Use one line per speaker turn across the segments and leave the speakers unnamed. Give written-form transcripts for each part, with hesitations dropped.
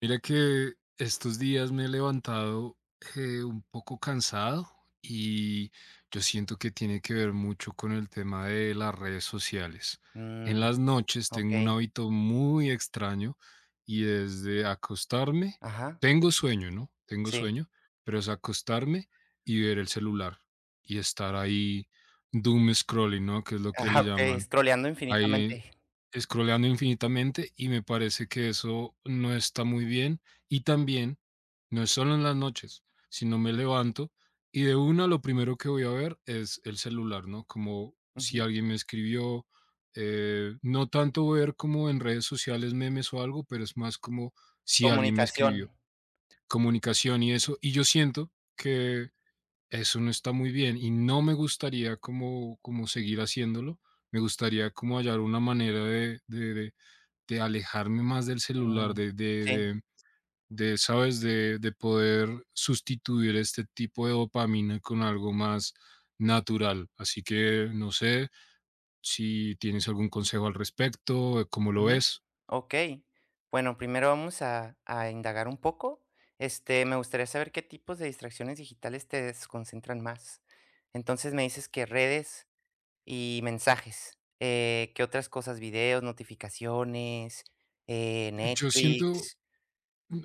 Mira que estos días me he levantado un poco cansado y yo siento que tiene que ver mucho con el tema de las redes sociales. En
Mm,
las noches tengo un
okey.
hábito muy extraño y desde acostarme,
Ajá,
tengo sueño, ¿no? Tengo
sí.
sueño, pero es acostarme y ver el celular y estar ahí doom scrolling, ¿no? Que es lo que le
Ajá, okey,
llaman.
scrolleando
Ahí
infinitamente.
Scrolleando infinitamente, y me parece que eso no está muy bien, y también, no es solo en las noches, sino me levanto, y de una lo primero que voy a ver es el celular, ¿no? Como si
Ujú.
alguien me escribió, no tanto ver como en redes sociales memes o algo, pero es más como si alguien me
Comunicación.
escribió, comunicación y eso, y yo siento que eso no está muy bien, y no me gustaría como seguir haciéndolo, me gustaría como hallar una manera de alejarme más del celular,
Mm, sí.
¿sabes?, de poder sustituir este tipo de dopamina con algo más natural. Así que, no sé si tienes algún consejo al respecto, ¿cómo lo
Ujú.
ves?
Okey. Bueno, primero vamos a indagar un poco. Este, me gustaría saber qué tipos de distracciones digitales te desconcentran más. Entonces, me dices que redes y mensajes. ¿Qué otras cosas? Videos, notificaciones,
Yo siento
Netflix,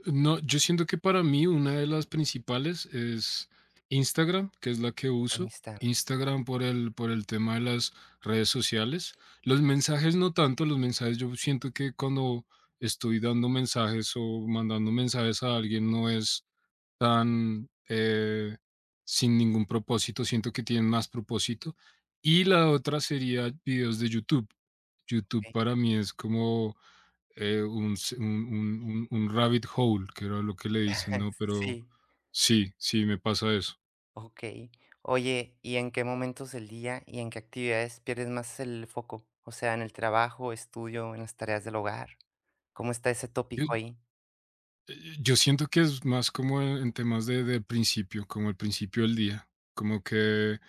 No, yo siento que para mí una de las principales es Instagram, que es la que uso.
Insta,
Instagram por el tema de las redes sociales. Los mensajes no tanto, los mensajes yo siento que cuando estoy dando mensajes o mandando mensajes a alguien no es tan sin ningún propósito, siento que tienen más propósito. Y la otra sería videos de YouTube. YouTube
okey.
para mí es como un s un rabbit hole, que era lo que le dicen, ¿no? Pero
Sí.
sí, sí, me pasa eso.
Okey. Oye, ¿y en qué momentos del día y en qué actividades pierdes más el foco? O sea, ¿en el trabajo, estudio, en las tareas del hogar? ¿Cómo está ese
Yo
tópico ahí?
yo siento que es más como en temas de principio, como el principio del día, como que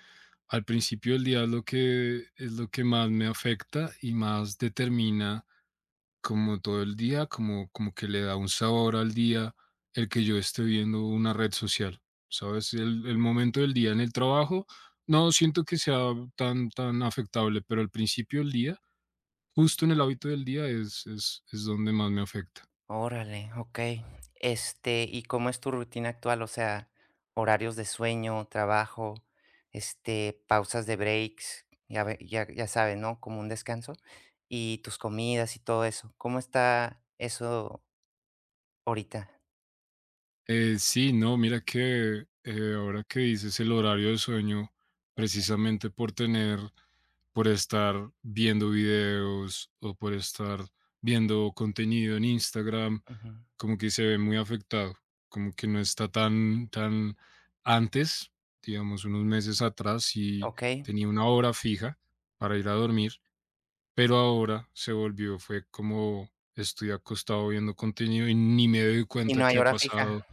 al principio del día es lo que más me afecta y más determina como todo el día, como, como que le da un sabor al día el que yo esté viendo una red social, ¿sabes? El momento del día en el trabajo, no siento que sea tan, tan afectable, pero al principio del día, justo en el hábito del día, es, es donde más me afecta.
Órale, okey. Este, ¿y cómo es tu rutina actual? O sea, horarios de sueño, trabajo, este, pausas de breaks, ya ve ya ya sabes, ¿no? Como un descanso, y tus comidas y todo eso. ¿Cómo está eso ahorita?
Sí, no, mira que ahora que dices el horario de sueño, precisamente por estar viendo videos o por estar viendo contenido en Instagram,
Ujú.
como que se ve muy afectado, como que no está tan, tan antes, digamos, unos meses atrás, y
Okey.
tenía una hora fija para ir a dormir, pero ahora se volvió, fue como estoy acostado viendo contenido y ni me doy
¿Y
cuenta
no
que
hay
ha
hora fija?
pasado.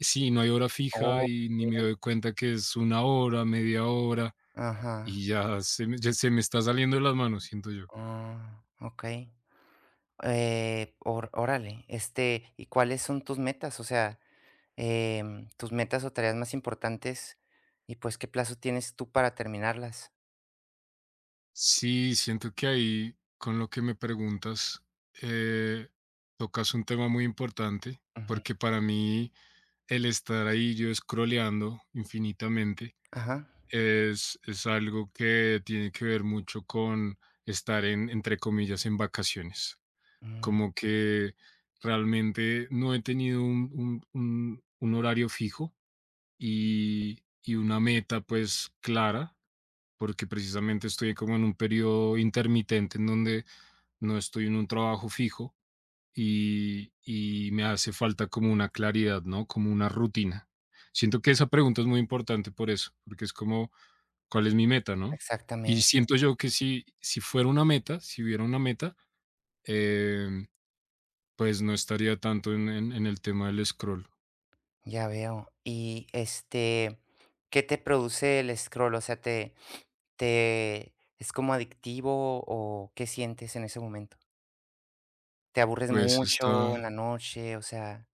Sí, no hay hora fija
Oh.
y ni me doy cuenta que es una hora, media hora,
Ajá.
y ya se me está saliendo de las manos, siento yo.
Ah, okey. Or Órale, este, ¿y cuáles son tus metas? O sea, tus metas o tareas más importantes, y, pues, ¿qué plazo tienes tú para terminarlas?
Sí, siento que ahí, con lo que me preguntas, eh, tocas un tema muy importante,
Ujú.
porque para mí el estar ahí yo scrolleando infinitamente
Ajá.
es, algo que tiene que ver mucho con estar en, entre comillas, en vacaciones.
Mm,
Como que realmente no he tenido un horario fijo y una meta pues clara porque precisamente estoy como en un periodo intermitente en donde no estoy en un trabajo fijo y me hace falta como una claridad, ¿no? Como una rutina. Siento que esa pregunta es muy importante por eso, porque es como, ¿cuál es mi meta, no? Y
exactamente,
siento yo que si fuera una meta, si hubiera una meta, em, pues no estaría tanto en, en el tema del scroll.
ya veo. Y, este, ¿qué te produce el scroll? O sea, ¿te es como adictivo o qué sientes en ese momento? ¿Te aburres
Pues
mucho
está.
en la noche? O sea,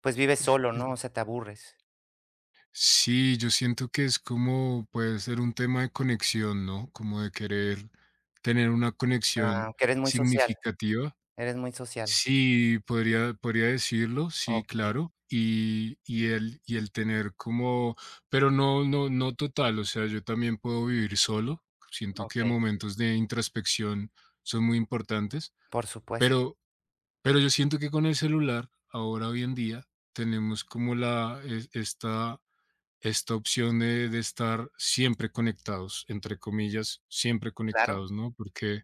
pues, vives solo, ¿no? O sea, te aburres.
Sí, yo siento que es como puede ser un tema de conexión, ¿no? Como de querer tener una conexión
Ah, que eres muy social,
significativa.
eres muy social.
Sí, podría decirlo, sí,
Okey,
claro. Y el tener como, pero no, no, no total, o sea, yo también puedo vivir solo. Siento que
okey,
momentos de introspección son muy importantes,
por supuesto,
pero, yo siento que con el celular, ahora hoy en día, tenemos como la, es- esta esta opción de estar siempre conectados, entre comillas, siempre
claro.
conectados, ¿no? Porque,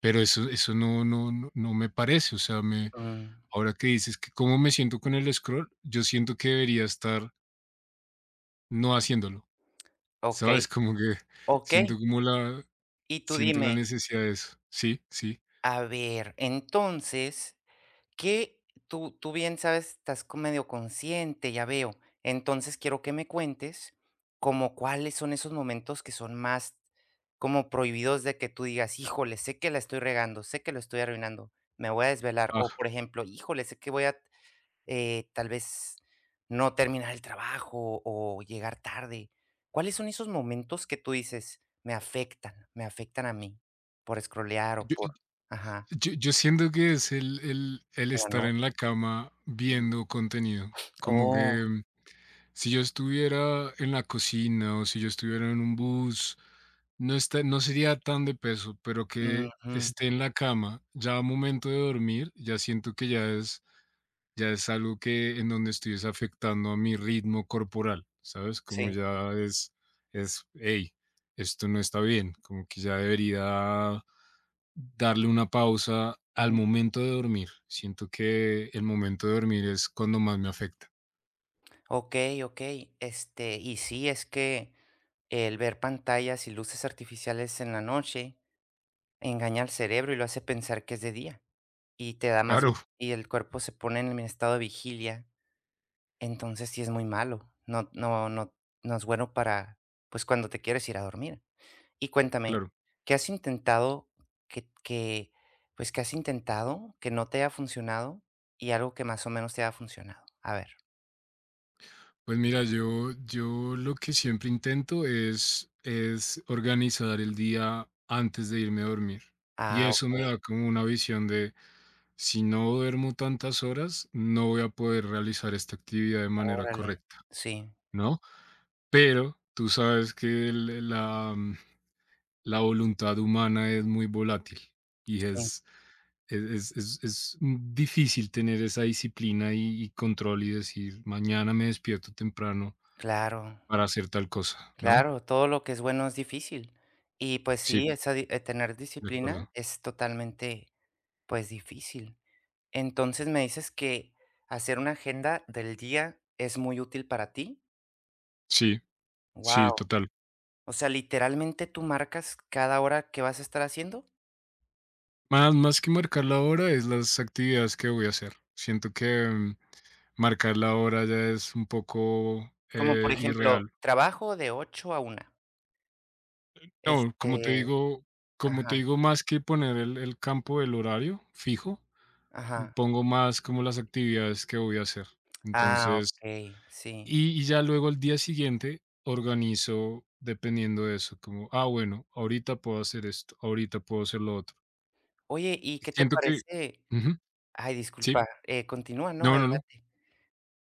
pero eso no, no, no, no me parece, o sea,
Mm,
ahora que dices que cómo me siento con el scroll, yo siento que debería estar no haciéndolo,
okey,
¿sabes? Como que
okey.
siento como la,
Y tú
siento la
dime,
necesidad de eso, sí, sí.
a ver, entonces, ¿qué? Tú bien sabes, estás co medio consciente, ya veo. Entonces, quiero que me cuentes como cuáles son esos momentos que son más como prohibidos de que tú digas: "Híjole, sé que la estoy regando, sé que lo estoy arruinando, me voy a desvelar", o
Ah,
por ejemplo: "Híjole, sé que voy a" tal vez no terminar el trabajo o llegar tarde. ¿Cuáles son esos momentos que tú dices, me afectan a mí por scrollear o
yo,
por, ajá,
yo siento que es el
la
estar en la
noche?
cama viendo contenido, como
Oh,
que si yo estuviera en la cocina o si yo estuviera en un bus, no sería tan de peso, pero que
ujú,
esté en la cama, ya a momento de dormir, ya siento que ya es algo que en donde estoy es afectando a mi ritmo corporal, ¿sabes? Como
sí,
ya es: "Hey, esto no está bien", como que ya debería darle una pausa al
ujú.
momento de dormir. Siento que el momento de dormir es cuando más me afecta.
Okey, okey, este, y sí, es que el ver pantallas y luces artificiales en la noche engaña al cerebro y lo hace pensar que es de día, y te da más vi
Claro,
y el cuerpo se pone en el estado de vigilia. Entonces, sí es muy malo. No no es bueno para, pues, cuando te quieres ir a dormir. Y cuéntame,
claro.
¿qué has intentado que que, pues, qué has intentado que no te haya funcionado y algo que más o menos te haya funcionado? A ver.
Pues mira, yo lo que siempre intento es organizar el día antes de irme a dormir. Y
Ah,
eso me da
ok
como una visión de, si no duermo tantas horas, no voy a poder realizar esta actividad de manera
órale.
correcta,
Sí,
¿no? Pero tú sabes que la voluntad humana es muy volátil y
sí,
es, es, es difícil tener esa disciplina y control y decir, mañana me despierto temprano
claro,
para hacer tal cosa, ¿no?
claro, todo lo que es bueno es difícil. Y, pues
Sí,
sí, esa di tener
de
disciplina
acuerdo.
es totalmente, pues, difícil. Entonces, ¿me dices que hacer una agenda del día es muy útil para ti?
Sí, sí,
Wow.
total.
O sea, literalmente, ¿tú marcas cada hora que vas a estar haciendo?
Más que marcar la hora, es las actividades que voy a hacer. Siento que, marcar la hora ya es un poco,
Como, por ejemplo,
irreal.
trabajo de 8 a una.
No, como te
Este
digo como te
ajá,
digo, más que poner el campo del horario fijo,
ajá.
pongo más como las actividades que voy a hacer.
Ah,
Entonces
okey, sí.
y ya luego al día siguiente organizo dependiendo de eso, como, ah, bueno, ahorita puedo hacer esto, ahorita puedo hacer lo otro.
Oye, ¿y qué te
Siento que
parece?
Ujú,
Ay,
sí.
disculpa, continúa, no,
No, no, no.
adelante.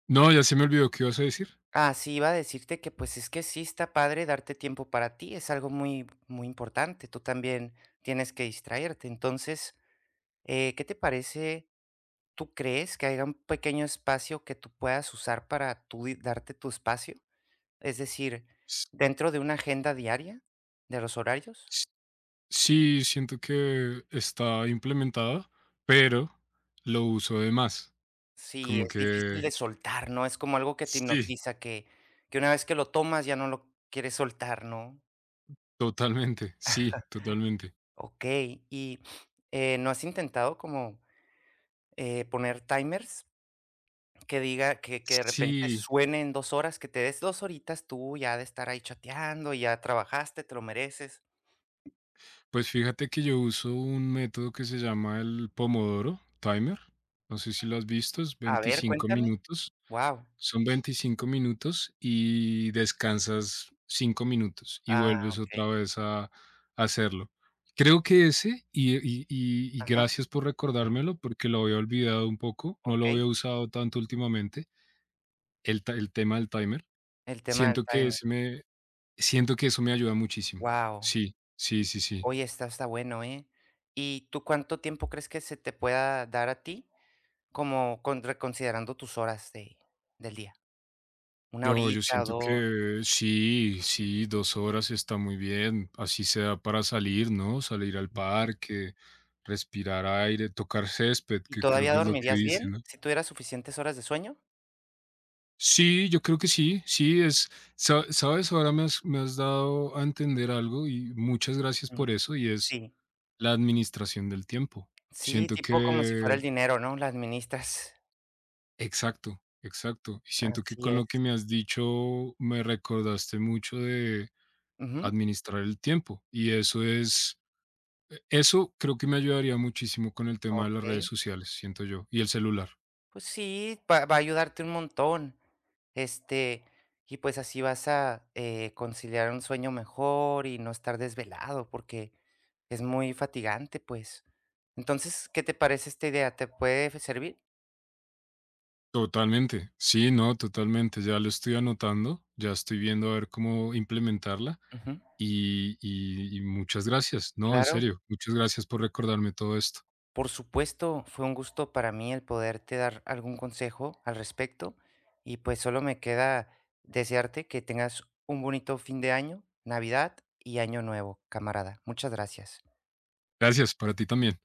No, ya se me olvidó qué ibas a decir.
Ah, sí, iba a decirte que, pues, es que sí está padre darte tiempo para ti, es algo muy muy importante, tú también tienes que distraerte. Entonces ¿qué te parece? ¿Tú crees que haya un pequeño espacio que tú puedas usar para darte tu espacio? Es decir,
S
dentro de una agenda diaria de los horarios.
s sí, siento que está implementada, pero lo uso de más.
Sí,
Como
es difícil
que
de soltar, ¿no? Es como algo que te
sí,
hipnotiza, que una vez que lo tomas ya no lo quieres soltar, ¿no?
totalmente, sí, totalmente.
Ok, y ¿no has intentado como poner timers que diga que de repente
Sí,
suene en dos horas, que te des dos horitas tú ya de estar ahí chateando, ya trabajaste, te lo mereces?
pues fíjate que yo uso un método que se llama el Pomodoro Timer. No sé si lo has visto, es
A ver,
25
cuéntame.
minutos.
Wow.
Son 25 minutos y descansas 5 minutos y
Ah,
vuelves otra
okey.
vez a hacerlo. Creo que ese y
Ajá,
gracias por recordármelo, porque lo había olvidado un poco, no lo
okey.
había usado tanto últimamente, el tema del timer.
El tema del
Siento que
timer.
ese me Siento que eso me ayuda muchísimo.
Wow.
Sí, sí,
Y
sí, sí.
oye, está bueno, ¿eh? ¿Y tú cuánto tiempo crees que se te pueda dar a ti? Como con reconsiderando tus horas de del día, una
Yo
horita, o
siento
2.
que sí, sí, 2 horas está muy bien, así sea para salir, ¿no? Salir al parque, respirar aire, tocar césped,
¿Y
que creo
todavía
que es lo que
dormirías
dice, ¿no?
bien si tuvieras suficientes horas de sueño?
Sí, yo creo que sí, sí, sabes, ahora me has dado a entender algo y muchas gracias por
Mm,
eso y es
sí.
la administración del tiempo.
Sí,
Siento
tipo como si fuera el
que,
dinero, ¿no? La administras.
exacto, exacto, y siento que
Así
con lo que
es.
me has dicho me recordaste mucho
Ujú,
administrar el tiempo. Y eso es, eso creo que me ayudaría muchísimo con el tema de las redes
okey.
sociales, siento yo, y el celular.
Pues sí, va a ayudarte un montón. Este, y pues así vas a, conciliar un sueño mejor y no estar desvelado, porque es muy fatigante, pues. Entonces, ¿qué te parece esta idea? ¿Te puede servir?
Totalmente, sí, no, totalmente. Ya lo estoy anotando, ya estoy viendo a ver cómo implementarla
Ujú.
y muchas gracias, no, en
Claro,
serio, muchas gracias por recordarme todo esto.
por supuesto, fue un gusto para mí el poderte dar algún consejo al respecto y pues solo me queda desearte que tengas un bonito fin de año, Navidad y Año Nuevo, camarada. Muchas gracias.
Gracias para ti también.